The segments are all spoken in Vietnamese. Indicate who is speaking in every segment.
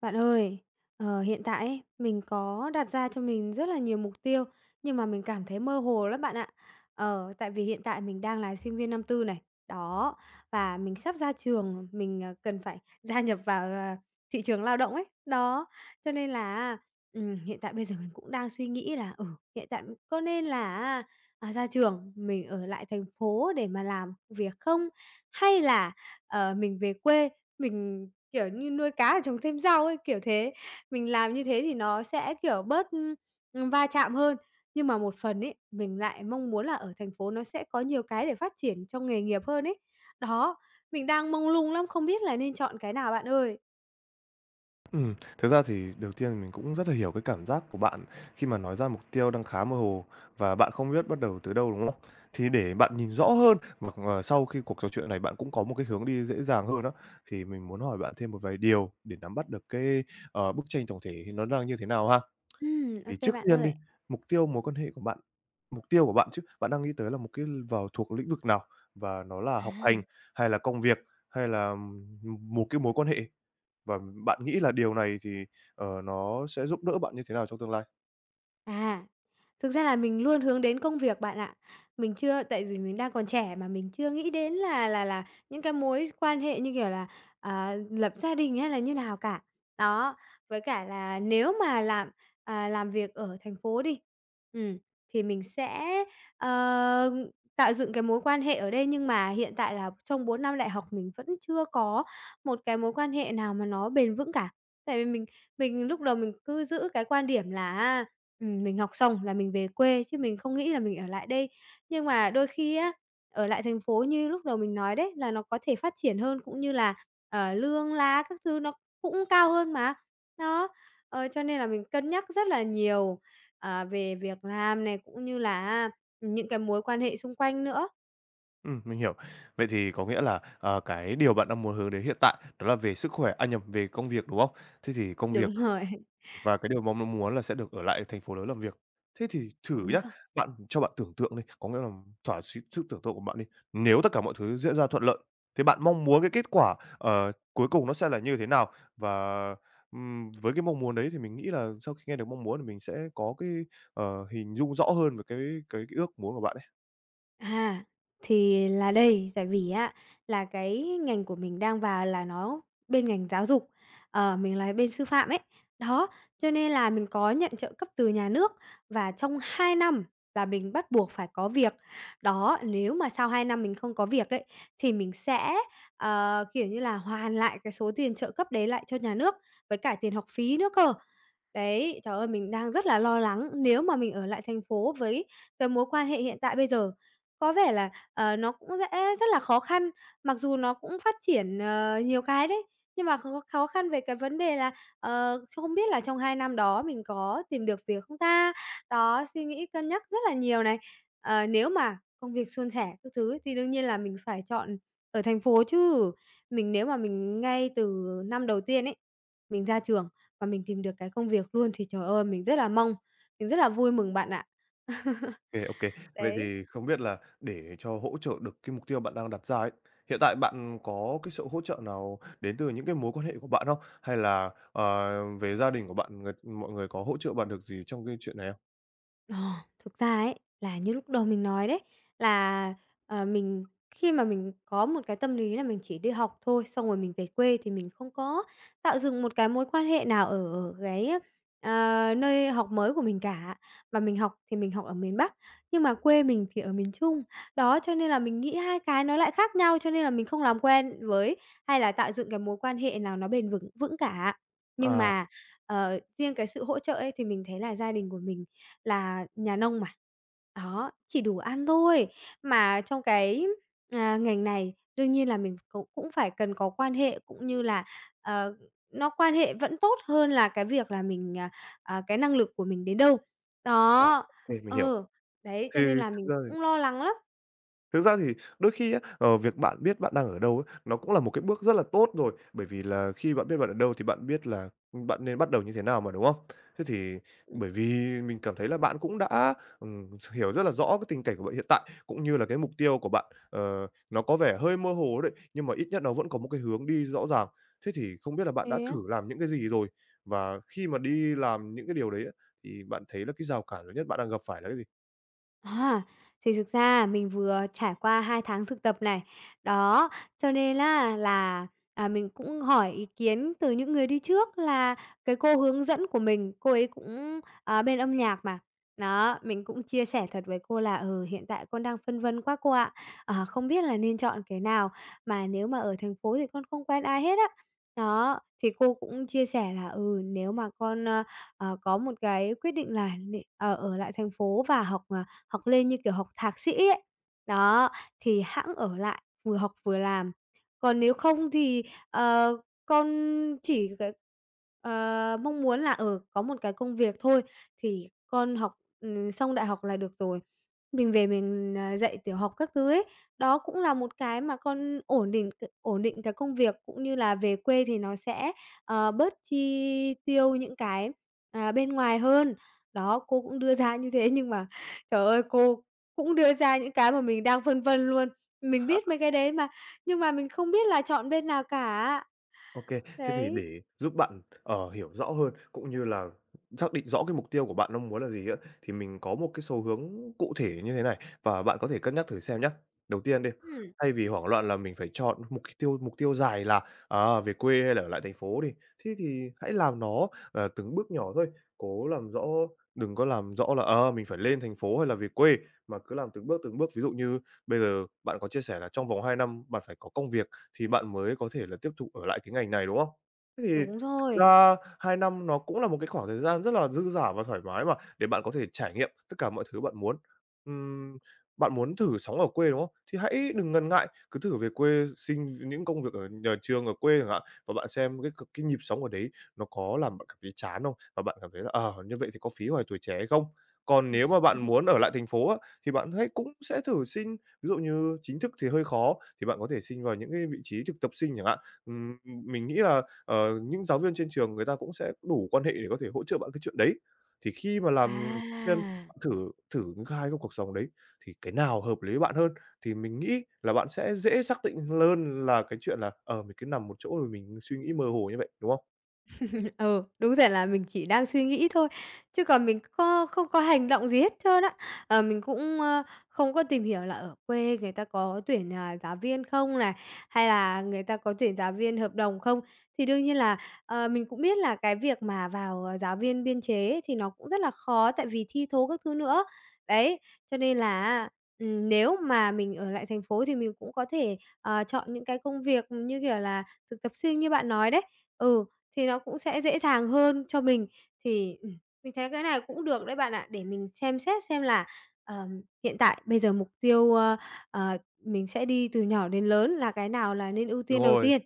Speaker 1: Bạn ơi, hiện tại ấy, mình có đặt ra cho mình rất là nhiều mục tiêu, nhưng mà mình cảm thấy mơ hồ lắm bạn ạ. Tại vì hiện tại mình đang là sinh viên năm 4 này, đó, và mình sắp ra trường, mình cần phải gia nhập vào, thị trường lao động ấy, đó. Cho nên là á, hiện tại bây giờ mình cũng đang suy nghĩ là, ừ, hiện tại có nên là ra trường mình ở lại thành phố để mà làm việc không? Hay là, mình về quê, mình kiểu như, nuôi cá để trồng thêm rau ấy, kiểu thế. Mình làm như thế thì nó sẽ, kiểu, bớt va chạm hơn. Nhưng mà một phần ấy, mình lại mong muốn là ở thành phố nó sẽ có nhiều cái để phát triển trong nghề nghiệp hơn ấy. Đó, mình đang mông lung lắm, không biết là nên chọn cái nào bạn ơi.
Speaker 2: Thực ra thì đầu tiên thì mình cũng rất là hiểu cái cảm giác của bạn khi mà nói ra mục tiêu đang khá mơ hồ và bạn không biết bắt đầu từ đâu, đúng không? Thì để bạn nhìn rõ hơn và, sau khi cuộc trò chuyện này bạn cũng có một cái hướng đi dễ dàng hơn đó thì mình muốn hỏi bạn thêm một vài điều để nắm bắt được cái, bức tranh tổng thể thì nó đang như thế nào ha.
Speaker 1: Ô
Speaker 2: Thì
Speaker 1: kê
Speaker 2: trước
Speaker 1: bạn
Speaker 2: tiên đi,
Speaker 1: ơi.
Speaker 2: mục tiêu mối quan hệ của bạn mục tiêu của bạn chứ, bạn đang nghĩ tới là một cái vào thuộc lĩnh vực nào? Và nó là học hành,
Speaker 1: À.
Speaker 2: hay là công việc, hay là, một cái mối quan hệ? Và bạn nghĩ là điều này thì, nó sẽ giúp đỡ bạn như thế nào trong tương lai?
Speaker 1: À, thực ra là mình luôn hướng đến công việc bạn ạ. Mình chưa, tại vì mình đang còn trẻ mà mình chưa nghĩ đến là những cái mối quan hệ như kiểu là, à, lập gia đình hay là như nào cả. Đó, với cả là nếu mà làm, à, làm việc ở thành phố đi, ừm, thì mình sẽ, ờ, tạo dựng cái mối quan hệ ở đây, nhưng mà hiện tại là trong 4 năm đại học mình vẫn chưa có một cái mối quan hệ nào mà nó bền vững cả. Tại vì mình lúc đầu mình cứ giữ cái quan điểm là á, mình học xong là mình về quê chứ mình không nghĩ là mình ở lại đây. Nhưng mà đôi khi á, ở lại thành phố như lúc đầu mình nói đấy, là nó có thể phát triển hơn, cũng như là, lương lá các thứ nó cũng cao hơn mà. Đó, cho nên là mình cân nhắc rất là nhiều, về việc làm này, cũng như là những cái mối quan hệ xung quanh nữa.
Speaker 2: Mình hiểu. Vậy thì có nghĩa là, cái điều bạn đang muốn hướng đến hiện tại đó là về sức khỏe à, nhầm, về công việc, đúng không? Thế thì công việc
Speaker 1: Đúng rồi,
Speaker 2: và cái điều mong muốn là sẽ được ở lại thành phố lớn làm việc. Thế thì thử
Speaker 1: đúng
Speaker 2: nhá,
Speaker 1: rồi.
Speaker 2: bạn cho bạn tưởng tượng đi, có nghĩa là thỏa sức sức tưởng tượng của bạn đi. Nếu tất cả mọi thứ diễn ra thuận lợi, thì bạn mong muốn cái kết quả, cuối cùng nó sẽ là như thế nào? Và, với cái mong muốn đấy thì mình nghĩ là sau khi nghe được mong muốn thì mình sẽ có cái, hình dung rõ hơn về cái ước muốn của bạn ấy.
Speaker 1: À, thì là đây, tại vì á là cái ngành của mình đang vào là nó bên ngành giáo dục, mình là bên sư phạm ấy. Đó, cho nên là mình có nhận trợ cấp từ nhà nước và trong 2 năm là mình bắt buộc phải có việc. Đó, nếu mà sau 2 năm mình không có việc đấy thì mình sẽ, kiểu như là, hoàn lại cái số tiền trợ cấp đấy lại cho nhà nước, với cả tiền học phí nữa cơ. Đấy, trời ơi, mình đang rất là lo lắng nếu mà mình ở lại thành phố với cái mối quan hệ hiện tại bây giờ. Có vẻ là, nó cũng sẽ rất là khó khăn, mặc dù nó cũng phát triển, nhiều cái đấy, nhưng mà khó khó khăn về cái vấn đề là, không biết là trong 2 năm đó mình có tìm được việc không ta? Đó, suy nghĩ cân nhắc rất là nhiều này. Ờ, nếu mà công việc suôn sẻ các thứ thì đương nhiên là mình phải chọn ở thành phố chứ. Mình, nếu mà mình ngay từ năm đầu tiên ấy, mình ra trường và mình tìm được cái công việc luôn thì, trời ơi, mình rất là mong, mình rất là vui mừng bạn ạ.
Speaker 2: OK. Vậy
Speaker 1: Đấy.
Speaker 2: thì không biết là để cho hỗ trợ được cái mục tiêu bạn đang đặt ra ấy, hiện tại bạn có cái sự hỗ trợ nào đến từ những cái mối quan hệ của bạn không? Hay là, về gia đình của bạn mọi người có hỗ trợ bạn được gì trong cái chuyện này không?
Speaker 1: Ờ, thực ra ấy, là như lúc đầu mình nói đấy, là, ờ, mình khi mà mình có một cái tâm lý là mình chỉ đi học thôi, xong rồi mình về quê thì mình không có tạo dựng một cái mối quan hệ nào ở ở cái, nơi học mới của mình cả. Mà mình học thì mình học ở miền Bắc, nhưng mà quê mình thì ở miền Trung. Đó, cho nên là mình nghĩ hai cái nó lại khác nhau, cho nên là mình không làm quen với hay là tạo dựng cái mối quan hệ nào nó bền vững vững cả. Nhưng
Speaker 2: À,
Speaker 1: mà, riêng cái sự hỗ trợ ấy thì mình thấy là gia đình của mình là nhà nông mà, đó, chỉ đủ ăn thôi. Mà trong cái, à, ngành này đương nhiên là mình cũng cũng phải cần có quan hệ, cũng như là, ờ, nó quan hệ vẫn tốt hơn là cái việc là mình, cái năng lực của mình đến đâu.
Speaker 2: ồ,
Speaker 1: Đó,
Speaker 2: mình hiểu.
Speaker 1: ờ, đấy,
Speaker 2: Thì
Speaker 1: cho nên là
Speaker 2: thực
Speaker 1: mình
Speaker 2: ra thì
Speaker 1: cũng lo lắng lắm.
Speaker 2: Thực ra thì đôi khi á, việc bạn biết bạn đang ở đâu ấy, nó cũng là một cái bước rất là tốt rồi, bởi vì là khi bạn biết bạn ở đâu thì bạn biết là, bạn nên bắt đầu như thế nào mà, đúng không? Thế thì bởi vì mình cảm thấy là bạn cũng đã, hiểu rất là rõ cái tình cảnh của bạn hiện tại, cũng như là cái mục tiêu của bạn, nó có vẻ hơi mơ hồ đấy, nhưng mà ít nhất nó vẫn có một cái hướng đi rõ ràng. Thế thì không biết là bạn đã
Speaker 1: Thế
Speaker 2: thử làm những cái gì rồi? Và khi mà đi làm những cái điều đấy á, thì bạn thấy là cái rào cản lớn nhất bạn đang gặp phải là cái gì?
Speaker 1: à, thì thực ra mình vừa trải qua 2 tháng thực tập này, đó, cho nên là mình cũng hỏi ý kiến từ những người đi trước là cái cô hướng dẫn của mình, cô ấy cũng, à, bên âm nhạc mà. Đó, mình cũng chia sẻ thật với cô là "Ừ, hiện tại con đang phân vân quá cô ạ, ờ, không biết là nên chọn cái nào, mà nếu mà ở thành phố thì con không quen ai hết á." Đó, thì cô cũng chia sẻ là "Ừ, nếu mà con, có một cái quyết định là nị ờ, ở lại thành phố và học, học lên như kiểu học thạc sĩ ấy. Đó, thì hẵng ở lại vừa học vừa làm. Còn nếu không thì, ờ, con chỉ cái mong muốn là, ở có một cái công việc thôi thì con học, xong đại học là được rồi. Mình về mình, à, dạy tiểu học các thứ ấy, đó cũng là một cái mà con ổn định c ổn định cái công việc cũng như là về quê thì nó sẽ, bớt chi tiêu những cái, à, bên ngoài hơn. Đó, cô cũng đưa ra như thế nhưng mà trời ơi, cô cũng đưa ra những cái mà mình đang phân vân luôn. Mình biết mấy cái đấy mà, nhưng mà mình không biết là chọn bên nào cả."
Speaker 2: OK. Thế thì
Speaker 1: Đấy.
Speaker 2: để giúp bạn, hiểu rõ hơn, cũng như là xác định rõ cái mục tiêu của bạn mong muốn là gì á, thì mình có một cái số hướng cụ thể như thế này, và bạn có thể cân nhắc thử xem nhé. Đầu tiên đi,
Speaker 1: Ừm.
Speaker 2: thay vì hoảng loạn là mình phải chọn một cái mục tiêu dài là, về quê hay là ở lại thành phố đi, thế thì hãy làm nó, từng bước nhỏ thôi, cố làm rõ đừng có làm rõ là, mình phải lên thành phố hay là về quê, mà cứ làm từng bước, từng bước. Ví dụ như bây giờ bạn có chia sẻ là trong vòng 2 năm bạn phải có công việc, thì bạn mới có thể là tiếp tục ở lại cái ngành này, đúng không? Thế thì
Speaker 1: Đúng
Speaker 2: thực
Speaker 1: rồi.
Speaker 2: ra 2 năm nó cũng là một cái khoảng thời gian rất là dư dả và thoải mái mà, để bạn có thể trải nghiệm tất cả mọi thứ bạn muốn. Ừm, bạn muốn thử sống ở quê, đúng không? Thì hãy đừng ngần ngại, cứ thử về quê xin những công việc ở nhà trường ở quê chẳng hạn, và bạn xem cái nhịp sống ở đấy nó có làm bạn cảm thấy chán không? Và bạn cảm thấy là, như vậy thì có phí hoài tuổi trẻ hay không? Còn nếu mà bạn muốn ở lại thành phố á, thì bạn hãy cũng sẽ thử xin ví dụ như chính thức thì hơi khó, thì bạn có thể xin vào những cái vị trí thực tập sinh chẳng hạn. Ừm, mình nghĩ là, những giáo viên trên trường người ta cũng sẽ đủ quan hệ để có thể hỗ trợ bạn cái chuyện đấy. Thì khi mà làm viên,
Speaker 1: À.
Speaker 2: bạn thử thử những hai cái trong cuộc sống đấy, thì cái nào hợp lý với bạn hơn, thì mình nghĩ là bạn sẽ dễ xác định hơn là cái chuyện là, mình cứ nằm một chỗ rồi mình suy nghĩ mơ hồ như vậy, đúng không?
Speaker 1: Ừ, đúng rồi, là mình chỉ đang suy nghĩ thôi, chứ còn mình có không có hành động gì hết trơn á. Ờ, mình cũng, không có tìm hiểu là ở quê người ta có tuyển, à, giáo viên không này, hay là người ta có tuyển giáo viên hợp đồng không. Thì đương nhiên là, mình cũng biết là cái việc mà vào, giáo viên biên chế ấy thì nó cũng rất là khó tại vì thi thố các thứ nữa. Đấy, cho nên là á, nếu mà mình ở lại thành phố thì mình cũng có thể, chọn những cái công việc như kiểu là thực tập sinh như bạn nói đấy. Ừ, thì nó cũng sẽ dễ dàng hơn cho mình. Thì, mình thấy cái này cũng được đấy bạn ạ, để mình xem xét xem là, hiện tại bây giờ mục tiêu, ơ, ờ, mình sẽ đi từ nhỏ đến lớn là cái nào là nên ưu
Speaker 2: Đúng
Speaker 1: tiên đầu
Speaker 2: rồi.
Speaker 1: tiên.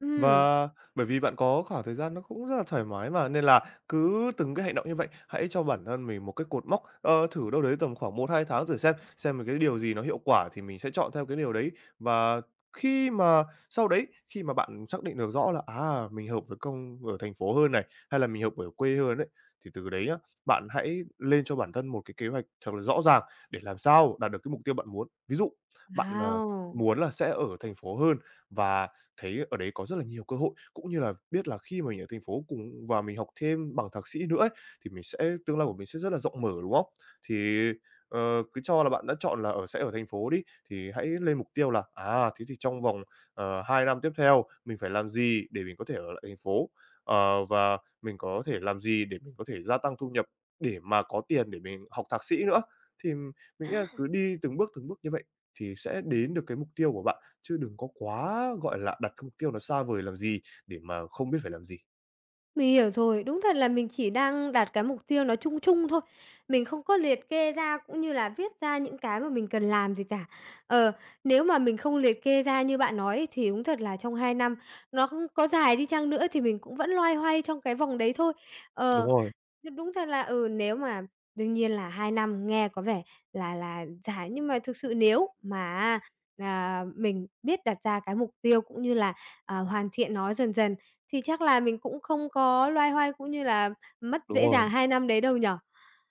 Speaker 1: Ừm,
Speaker 2: Và bởi vì bạn có khoảng thời gian nó cũng rất là thoải mái mà, nên là cứ từng cái hành động như vậy, hãy cho bản thân mình một cái cột mốc, thử đâu đấy tầm khoảng một hai tháng thử xem cái điều gì nó hiệu quả thì mình sẽ chọn theo cái điều đấy. Và khi mà sau đấy, khi mà bạn xác định được rõ là, à, mình hợp với công ở thành phố hơn này, hay là mình hợp ở quê hơn đấy thì từ đấy á, bạn hãy lên cho bản thân một cái kế hoạch thật là rõ ràng để làm sao đạt được cái mục tiêu bạn muốn. Ví dụ, bạn,
Speaker 1: wow!
Speaker 2: muốn là sẽ ở thành phố hơn và thấy ở đấy có rất là nhiều cơ hội, cũng như là biết là khi mà mình ở thành phố cùng và mình học thêm bằng thạc sĩ nữa ấy, thì mình sẽ tương lai của mình sẽ rất là rộng mở, đúng không? Thì, cứ cho là bạn đã chọn là sẽ ở thành phố đi, thì hãy lên mục tiêu là, thế thì trong vòng, 2 năm tiếp theo mình phải làm gì để mình có thể ở lại thành phố? Ờ, và mình có thể làm gì để mình có thể gia tăng thu nhập để mà có tiền để mình học thạc sĩ nữa? Thì mình nghĩ là cứ đi từng bước như vậy thì sẽ đến được cái mục tiêu của bạn. Chứ đừng có quá, gọi là, đặt cái mục tiêu nó xa vời làm gì để mà không biết phải làm gì.
Speaker 1: Mình hiểu rồi, đúng thật là mình chỉ đang đặt cái mục tiêu nó chung chung thôi, mình không có liệt kê ra cũng như là viết ra những cái mà mình cần làm gì cả. Ờ, nếu mà mình không liệt kê ra như bạn nói ấy, thì đúng thật là trong 2 năm, nó không có dài đi chăng nữa thì mình cũng vẫn loay hoay trong cái vòng đấy thôi.
Speaker 2: Đúng
Speaker 1: Ờ.
Speaker 2: rồi,
Speaker 1: Thế đúng thật là, ừ, nếu mà đương nhiên là 2 năm nghe có vẻ là dài, nhưng mà thực sự nếu mà mình biết đặt ra cái mục tiêu cũng như là, hoàn thiện nó dần dần thì chắc là mình cũng không có loay hoay cũng như là mất
Speaker 2: đúng
Speaker 1: dễ
Speaker 2: rồi.
Speaker 1: dàng 2 năm đấy đâu nhở.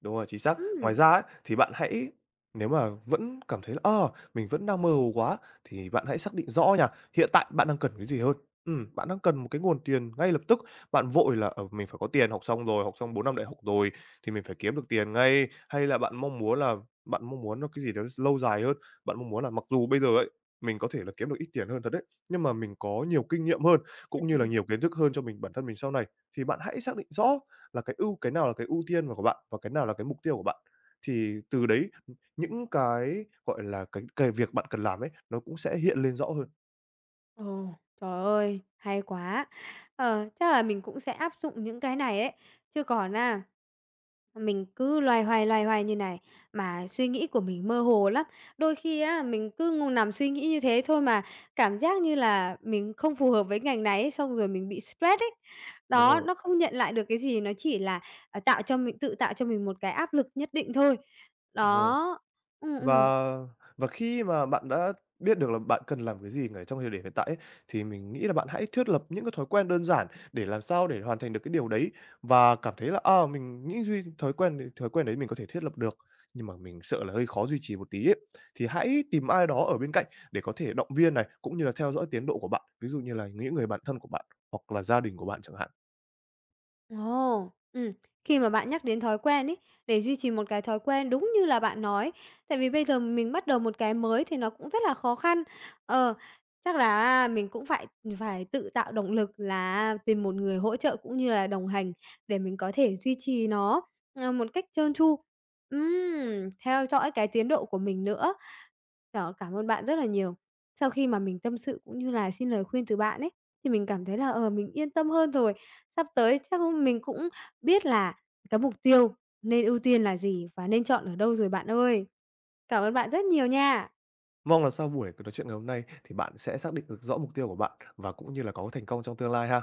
Speaker 2: Đúng rồi, chính xác. Ngoài
Speaker 1: Ừ.
Speaker 2: ra ấy, thì bạn hãy nếu mà vẫn cảm thấy là, mình vẫn đang mơ hồ quá thì bạn hãy xác định rõ nha, hiện tại bạn đang cần cái gì hơn. Bạn đang cần một cái nguồn tiền ngay lập tức, bạn vội là, mình phải có tiền, học xong rồi, học xong 4 năm đại học rồi thì mình phải kiếm được tiền ngay, hay là bạn mong muốn nó cái gì đó lâu dài hơn, bạn mong muốn là mặc dù bây giờ ấy, mình có thể là kiếm được ít tiền hơn thật đấy, nhưng mà mình có nhiều kinh nghiệm hơn, cũng như là nhiều kiến thức hơn cho mình bản thân mình sau này, thì bạn hãy xác định rõ là cái nào là cái ưu tiên của bạn và cái nào là cái mục tiêu của bạn. Thì từ đấy, những cái, gọi là, cái việc bạn cần làm ấy, nó cũng sẽ hiện lên rõ hơn.
Speaker 1: Ồ, trời ơi, hay quá! Ờ, chắc là mình cũng sẽ áp dụng những cái này đấy. Chứ còn á, mình cứ loay hoay như này mà suy nghĩ của mình mơ hồ lắm. Đôi khi á, mình cứ ngồi nằm suy nghĩ như thế thôi mà cảm giác như là mình không phù hợp với ngành này ấy, xong rồi mình bị stress ấy.
Speaker 2: Đúng
Speaker 1: Đó,
Speaker 2: rồi,
Speaker 1: nó không nhận lại được cái gì, nó chỉ là, à, tạo cho mình tự tạo cho mình một cái áp lực nhất định thôi.
Speaker 2: đúng rồi.
Speaker 1: Đó. Ừ.
Speaker 2: Và và khi mà bạn đã biết được là bạn cần làm cái gì ở trong thời điểm hiện tại ấy, thì mình nghĩ là bạn hãy thiết lập những cái thói quen đơn giản để làm sao để hoàn thành được cái điều đấy và cảm thấy là, à, mình nghĩ duy thói quen đấy mình có thể thiết lập được, nhưng mà mình sợ là hơi khó duy trì một tí ấy. Thì hãy tìm ai đó ở bên cạnh để có thể động viên này, cũng như là theo dõi tiến độ của bạn, ví dụ như là những người bạn thân của bạn hoặc là gia đình của bạn chẳng hạn.
Speaker 1: Ồ, khi mà bạn nhắc đến thói quen ấy, để duy trì một cái thói quen đúng như là bạn nói, tại vì bây giờ mình bắt đầu một cái mới thì nó cũng rất là khó khăn. Ờ, chắc là mình cũng phải phải tự tạo động lực là tìm một người hỗ trợ cũng như là đồng hành để mình có thể duy trì nó, một cách trơn tru. Theo dõi cái tiến độ của mình nữa. Đó, cảm ơn bạn rất là nhiều. Sau khi mà mình tâm sự cũng như là xin lời khuyên từ bạn ấy, thì mình cảm thấy là, mình yên tâm hơn rồi. Sắp tới chắc mình cũng biết là cái mục tiêu nên ưu tiên là gì và nên chọn ở đâu rồi bạn ơi. Cảm ơn bạn rất nhiều nha.
Speaker 2: Mong là sau cuộc nói chuyện ngày hôm nay thì bạn sẽ xác định được rõ mục tiêu của bạn và cũng như là có thành công trong tương lai ha.